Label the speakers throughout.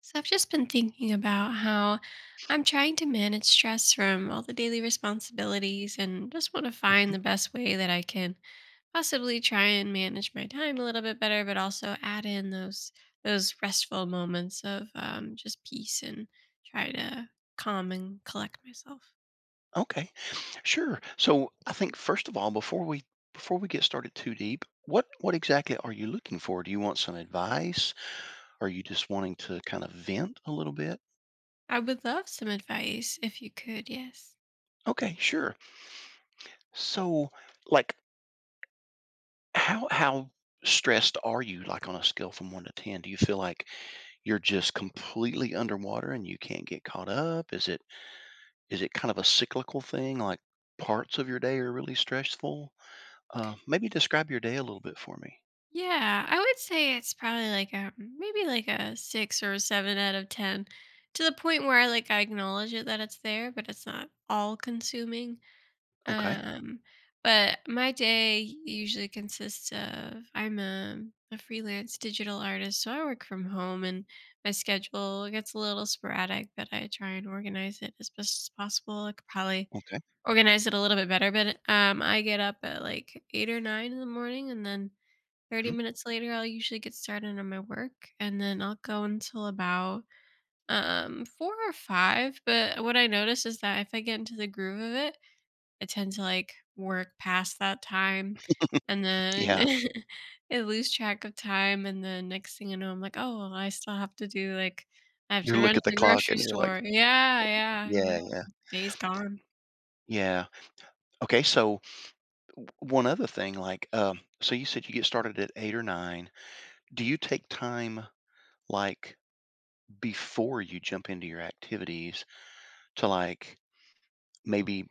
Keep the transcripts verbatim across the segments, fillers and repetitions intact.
Speaker 1: So I've just been thinking about how I'm trying to manage stress from all the daily responsibilities and just want to find
Speaker 2: Mhm.
Speaker 1: the best way that I can possibly try and manage my time a little bit better, but also add in those those restful moments of um, just peace and try to calm and collect myself.
Speaker 2: Okay, sure. So I think first of all, before we before we get started too deep, what what exactly are you looking for? Do you want some advice? Are you just wanting to kind of vent a little bit?
Speaker 1: I would love some advice if you could, yes.
Speaker 2: Okay, sure. So like how how stressed are you, like on a scale from one to ten? Do you feel like you're just completely underwater and you can't get caught up? Is it is it kind of a cyclical thing, like parts of your day are really stressful? Uh, maybe describe your day a little bit for me.
Speaker 1: Yeah, I would say it's probably like a maybe like a six or a seven out of ten, to the point where I, like, I acknowledge it that it's there, but it's not all consuming.
Speaker 2: Okay.
Speaker 1: Um, but my day usually consists of I'm a, a freelance digital artist, so I work from home, and my schedule gets a little sporadic, but I try and organize it as best as possible. I could probably organize it a little bit better, but um, I get up at like eight or nine in the morning, and then thirty
Speaker 2: Mhm.
Speaker 1: minutes later, I'll usually get started on my work and then I'll go until about um four or five, but what I notice is that if I get into the groove of it, I tend to like work past that time and then
Speaker 2: Yeah.
Speaker 1: I lose track of time and then next thing I know I'm like, "Oh, well, I still have to do like I have
Speaker 2: You
Speaker 1: to run
Speaker 2: look
Speaker 1: to
Speaker 2: at the
Speaker 1: the
Speaker 2: clock
Speaker 1: grocery
Speaker 2: and you're like,
Speaker 1: store." Yeah, yeah, yeah.
Speaker 2: yeah, yeah,
Speaker 1: Day's gone.
Speaker 2: yeah. Okay. So w- one other thing, like, um, so you said you get started at eight or nine. Do you take time, like, before you jump into your activities, to like maybe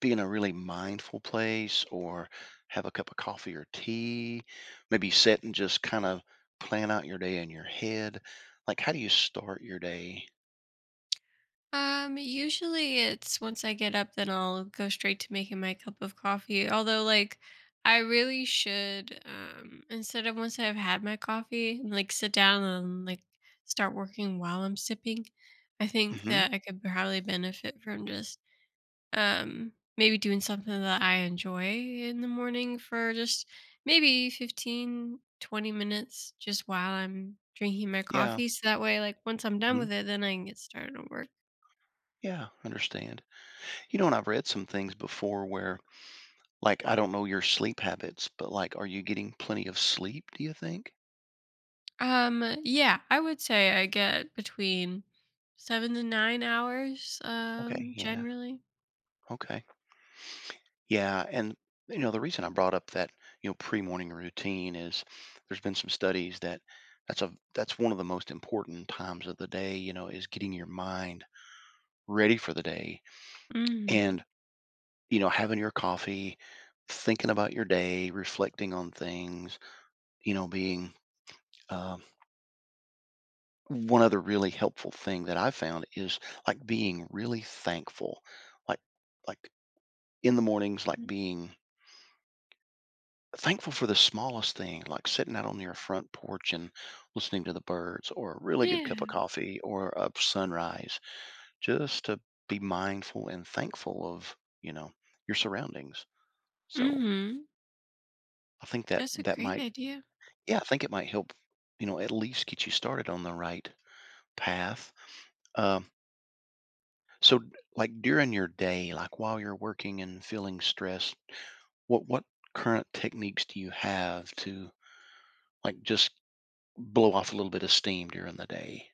Speaker 2: be in a really mindful place, or have a cup of coffee or tea, maybe sit and just kind of plan out your day in your head? Like, how do you start your day?
Speaker 1: Um, usually it's once I get up, then I'll go straight to making my cup of coffee. Although, like, I really should, um, instead of once I've had my coffee, like sit down and like start working while I'm sipping. I think
Speaker 2: Hmm.
Speaker 1: that I could probably benefit from just, um, maybe doing something that I enjoy in the morning for just maybe fifteen twenty minutes just while I'm drinking my
Speaker 2: Yeah.
Speaker 1: coffee. So that way, like, once I'm done
Speaker 2: Hmm.
Speaker 1: with it, then I can get started on work.
Speaker 2: Yeah. Understand. You know, and I've read some things before where, like, I don't know your sleep habits, but like, are you getting plenty of sleep, do you think?
Speaker 1: Um, yeah, I would say I get between seven to nine hours,
Speaker 2: Okay.
Speaker 1: um,
Speaker 2: Yeah.
Speaker 1: generally.
Speaker 2: Okay. Yeah. And, you know, the reason I brought up that, you know, pre morning routine is there's been some studies that that's a, that's one of the most important times of the day, you know, is getting your mind ready for the day and,
Speaker 1: Mhm.
Speaker 2: you know, having your coffee, thinking about your day, reflecting on things, you know, being, um one other really helpful thing that I found is like being really thankful, like like in the mornings, like
Speaker 1: Mm,
Speaker 2: being thankful for the smallest thing, like sitting out on your front porch and listening to the birds, or a really good cup of
Speaker 1: yeah.
Speaker 2: coffee, or a sunrise, just to be mindful and thankful of, you know, your surroundings. So
Speaker 1: Mhm.
Speaker 2: I think that
Speaker 1: That's a
Speaker 2: that
Speaker 1: great
Speaker 2: might,
Speaker 1: idea.
Speaker 2: yeah, I think it might help, you know, at least get you started on the right path. Um, So, d- like during your day, like while you're working and feeling stressed, what what current techniques do you have to like just blow off a little bit of steam during the day?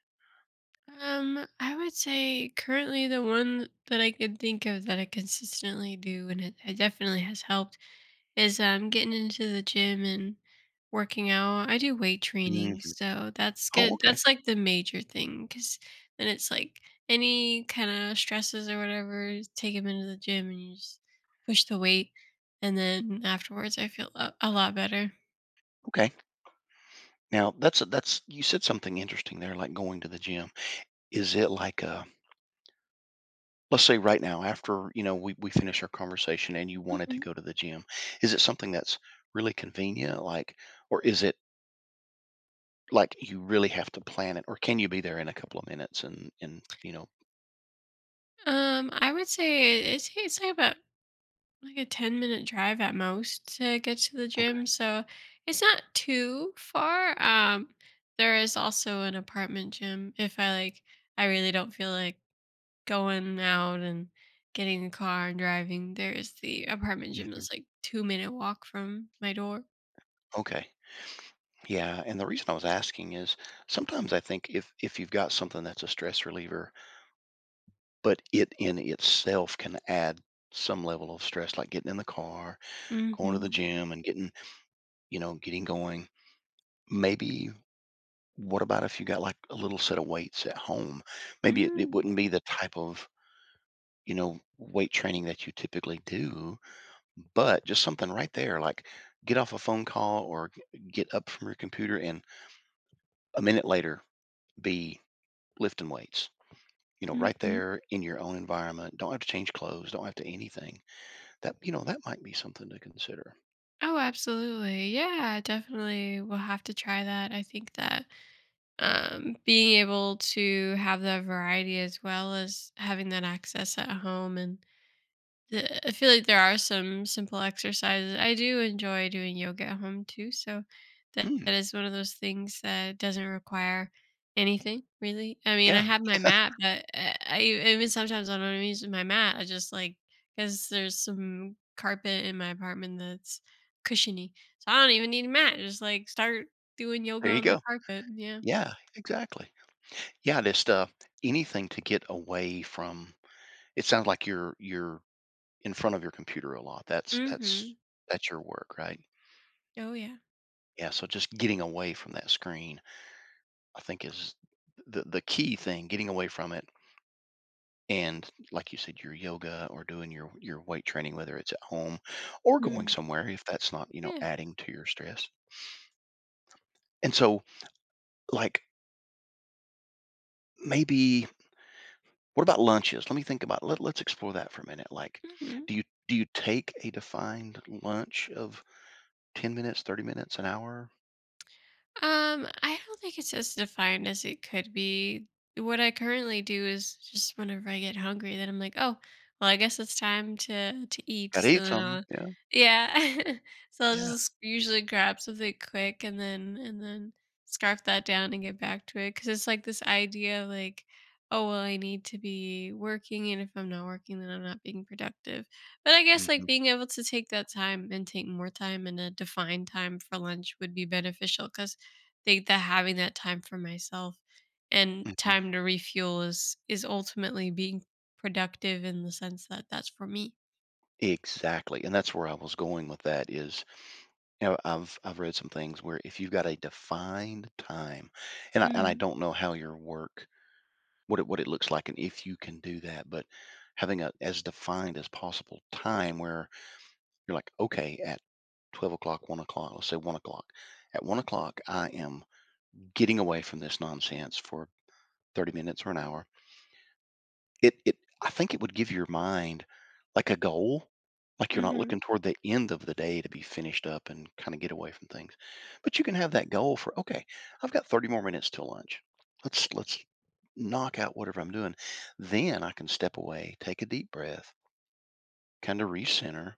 Speaker 1: Um, I would say currently the one that I can think of that I consistently do and it, it definitely has helped is um getting into the gym and working out. I do weight training,
Speaker 2: Mhm.
Speaker 1: so that's
Speaker 2: Oh,
Speaker 1: good.
Speaker 2: okay,
Speaker 1: That's like the major thing because then it's like any kind of stresses or whatever, take them into the gym and you just push the weight, and then afterwards I feel a, a lot better.
Speaker 2: okay. Now that's a, that's, you said something interesting there, like going to the gym. Is it like a, let's say right now after, you know, we we finish our conversation and you wanted to
Speaker 1: Mhm.
Speaker 2: go to the gym, is it something that's really convenient, like, or is it like you really have to plan it, or can you be there in a couple of minutes and and you know?
Speaker 1: Um, I would say it, it's it's like about like a ten minute drive at most to get to the gym, so it's not too far. Um there is also an apartment gym. If I, like, I really don't feel like going out and getting a car and driving there, is the apartment gym, is like two minute walk from my door.
Speaker 2: Okay. Yeah, and the reason I was asking is sometimes I think if if you've got something that's a stress reliever, but it in itself can add some level of stress, like getting in the car, going to the
Speaker 1: Mm-hmm.
Speaker 2: gym, and getting, you know, getting going. Maybe what about if you got like a little set of weights at home? Maybe it, it
Speaker 1: Mm.
Speaker 2: wouldn't be the type of, you know, weight training that you typically do, but just something right there, like get off a phone call or g- get up from your computer and a minute later be lifting weights, you know, right
Speaker 1: Mm-hmm.
Speaker 2: there in your own environment. Don't have to change clothes. Don't have to anything. That, you know, that might be something to consider.
Speaker 1: Oh, absolutely, yeah, definitely, we'll have to try that. I think that um, being able to have that variety as well as having that access at home. And the, I feel like there are some simple exercises. I do enjoy doing yoga at home too. So that,
Speaker 2: Hmm.
Speaker 1: that is one of those things that doesn't require anything really. I mean, I
Speaker 2: Yeah.
Speaker 1: have my mat, but I, I even sometimes I don't even use my mat. I just like, because there's some carpet in my apartment that's cushiony. So I don't even need a mat. Just like start doing yoga
Speaker 2: There you
Speaker 1: on the
Speaker 2: go.
Speaker 1: carpet. Yeah.
Speaker 2: Yeah. Exactly. Yeah. Just uh, anything to get away from. It sounds like you're you're in front of your computer a lot. That's that's
Speaker 1: Hmm.
Speaker 2: that's your work, right?
Speaker 1: Oh yeah.
Speaker 2: Yeah. So just getting away from that screen, I think, is the the key thing. Getting away from it and like you said, your yoga or doing your your weight training, whether it's at home or going
Speaker 1: Mm.
Speaker 2: somewhere, if that's not, you know,
Speaker 1: Yeah.
Speaker 2: adding to your stress. And so like maybe, what about lunches, let me think about, let, let's explore that for a minute. Like
Speaker 1: Mhm.
Speaker 2: do you do you take a defined lunch of ten minutes, thirty minutes, an hour?
Speaker 1: Um, I don't think it's as defined as it could be. What I currently do is just whenever I get hungry, then I'm like, oh, well, I guess it's time to to eat.
Speaker 2: Gotta
Speaker 1: So
Speaker 2: eat
Speaker 1: then
Speaker 2: something,
Speaker 1: I'll,
Speaker 2: yeah,
Speaker 1: yeah. So I'll
Speaker 2: yeah.
Speaker 1: just usually grab something quick and then and then scarf that down and get back to it because it's like this idea of like, oh, well, I need to be working, and if I'm not working, then I'm not being productive. But I guess like
Speaker 2: Mhm,
Speaker 1: being able to take that time and take more time and a defined time for lunch would be beneficial because think that having that time for myself and
Speaker 2: mhm.
Speaker 1: time to refuel is is ultimately being productive in the sense that that's for me.
Speaker 2: Exactly, and that's where I was going with that is, you know, i've i've read some things where if you've got a defined time, and I, and I
Speaker 1: Mm.
Speaker 2: don't know how your work, what it, what it looks like and if you can do that, but having a as defined as possible time where you're like, okay, at twelve o'clock, one o'clock, let's say one o'clock, at one o'clock I am getting away from this nonsense for thirty minutes or an hour. It it I think it would give your mind, like, a goal, like, you're not looking
Speaker 1: Mhm.
Speaker 2: toward the end of the day to be finished up and kinda get away from things, but you can have that goal for, "Okay, I've got thirty more minutes till lunch. Let's let's knock out whatever I'm doing." Then I can step away, take a deep breath, kinda recenter,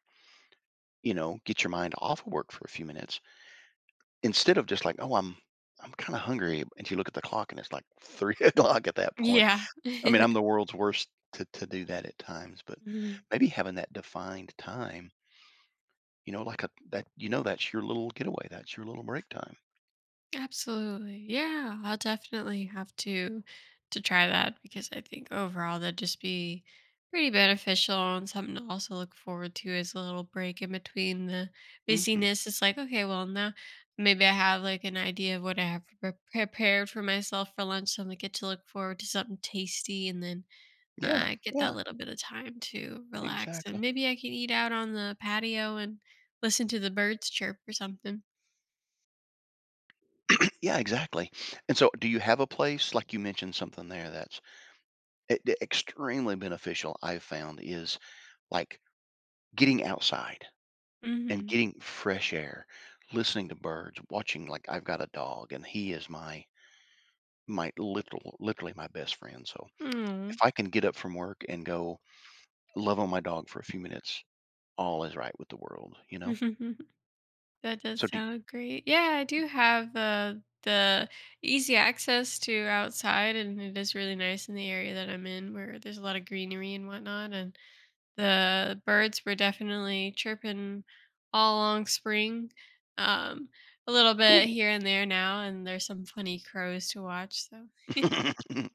Speaker 2: you know, get your mind off of work for a few minutes instead of just like, "Oh, I'm I'm kinda hungry," and you look at the clock and it's like three o'clock at that point.
Speaker 1: Yeah.
Speaker 2: I mean, I'm the world's worst to to do that at times, but
Speaker 1: Mhm.
Speaker 2: maybe having that defined time, you know, like a, that you know, that's your little getaway, that's your little break time.
Speaker 1: Absolutely. Yeah, I'll definitely have to to try that because I think overall that'd just be pretty beneficial and something to also look forward to as a little break in between the
Speaker 2: Mhm.
Speaker 1: busyness. It's like, okay, well now maybe I have like an idea of what I have pre- prepared for myself for lunch. So I'm gonna get to look forward to something tasty and then
Speaker 2: Yeah,
Speaker 1: uh, get that
Speaker 2: yeah,
Speaker 1: little bit of time to relax. And
Speaker 2: exactly.
Speaker 1: maybe I can eat out on the patio and listen to the birds chirp or something.
Speaker 2: Yeah, exactly. And so do you have a place, like you mentioned something there that's e e extremely beneficial I've found is, like, getting outside and
Speaker 1: Mm-hmm.
Speaker 2: getting fresh air, listening to birds, watching, like, I've got a dog, and he is my my little, literally my best friend, so if I can get up from work and go love on my dog for a few minutes, all is right with the world, you know?
Speaker 1: That does
Speaker 2: So do,
Speaker 1: sound great. Yeah, I do have uh, the easy access to outside, and it is really nice in the area that I'm in where there's a lot of greenery and whatnot. And the birds were definitely chirping all along spring, um, a little bit
Speaker 2: cool.
Speaker 1: here and there now, and there's some funny crows to watch. So,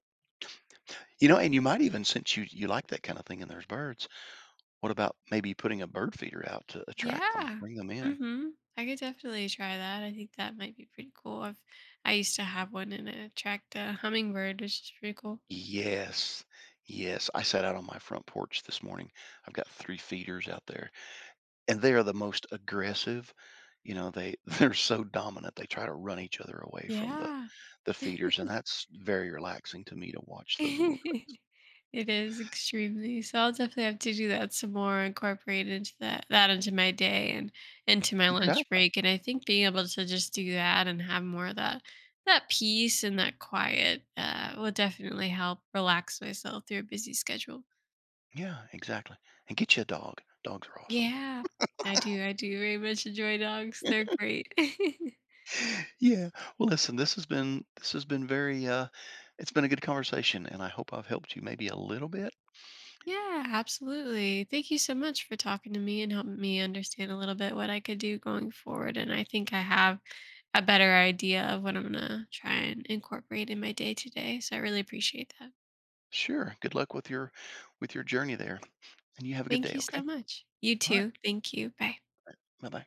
Speaker 2: You know, and you might even, since you you like that kind of thing and there's birds, what about maybe putting a bird feeder out to attract them,
Speaker 1: yeah.
Speaker 2: bring them in?
Speaker 1: Mm-hmm. I could definitely try that. I think that might be pretty cool. I've, I used to have one and it attract a hummingbird, which is pretty cool.
Speaker 2: Yes. Yes. I sat out on my front porch this morning. I've got three feeders out there, and they are the most aggressive. You know, they they're so dominant. They try to run each other away from the
Speaker 1: Yeah.
Speaker 2: the feeders, and that's very relaxing to me to watch those little things.
Speaker 1: It is extremely. So I'll definitely have to do that some more, incorporate into that that into my day and into my lunch
Speaker 2: Exactly.
Speaker 1: break. And I think being able to just do that and have more of that that peace and that quiet uh, will definitely help relax myself through a busy schedule.
Speaker 2: Yeah, exactly. And get you a dog. Dogs are awesome.
Speaker 1: Yeah, I do. I do very much enjoy dogs. They're great.
Speaker 2: Yeah. Well, listen, this has been this has been very uh it's been a good conversation and I hope I've helped you maybe a little bit.
Speaker 1: Yeah, absolutely. Thank you so much for talking to me and helping me understand a little bit what I could do going forward. And I think I have a better idea of what I'm going to try and incorporate in my day to day. So I really appreciate that.
Speaker 2: Sure. Good luck with your with your journey there. And you have a good
Speaker 1: Thank
Speaker 2: day,
Speaker 1: you so
Speaker 2: okay?
Speaker 1: much. You
Speaker 2: All right.
Speaker 1: too. Thank you. Bye.
Speaker 2: Bye-bye.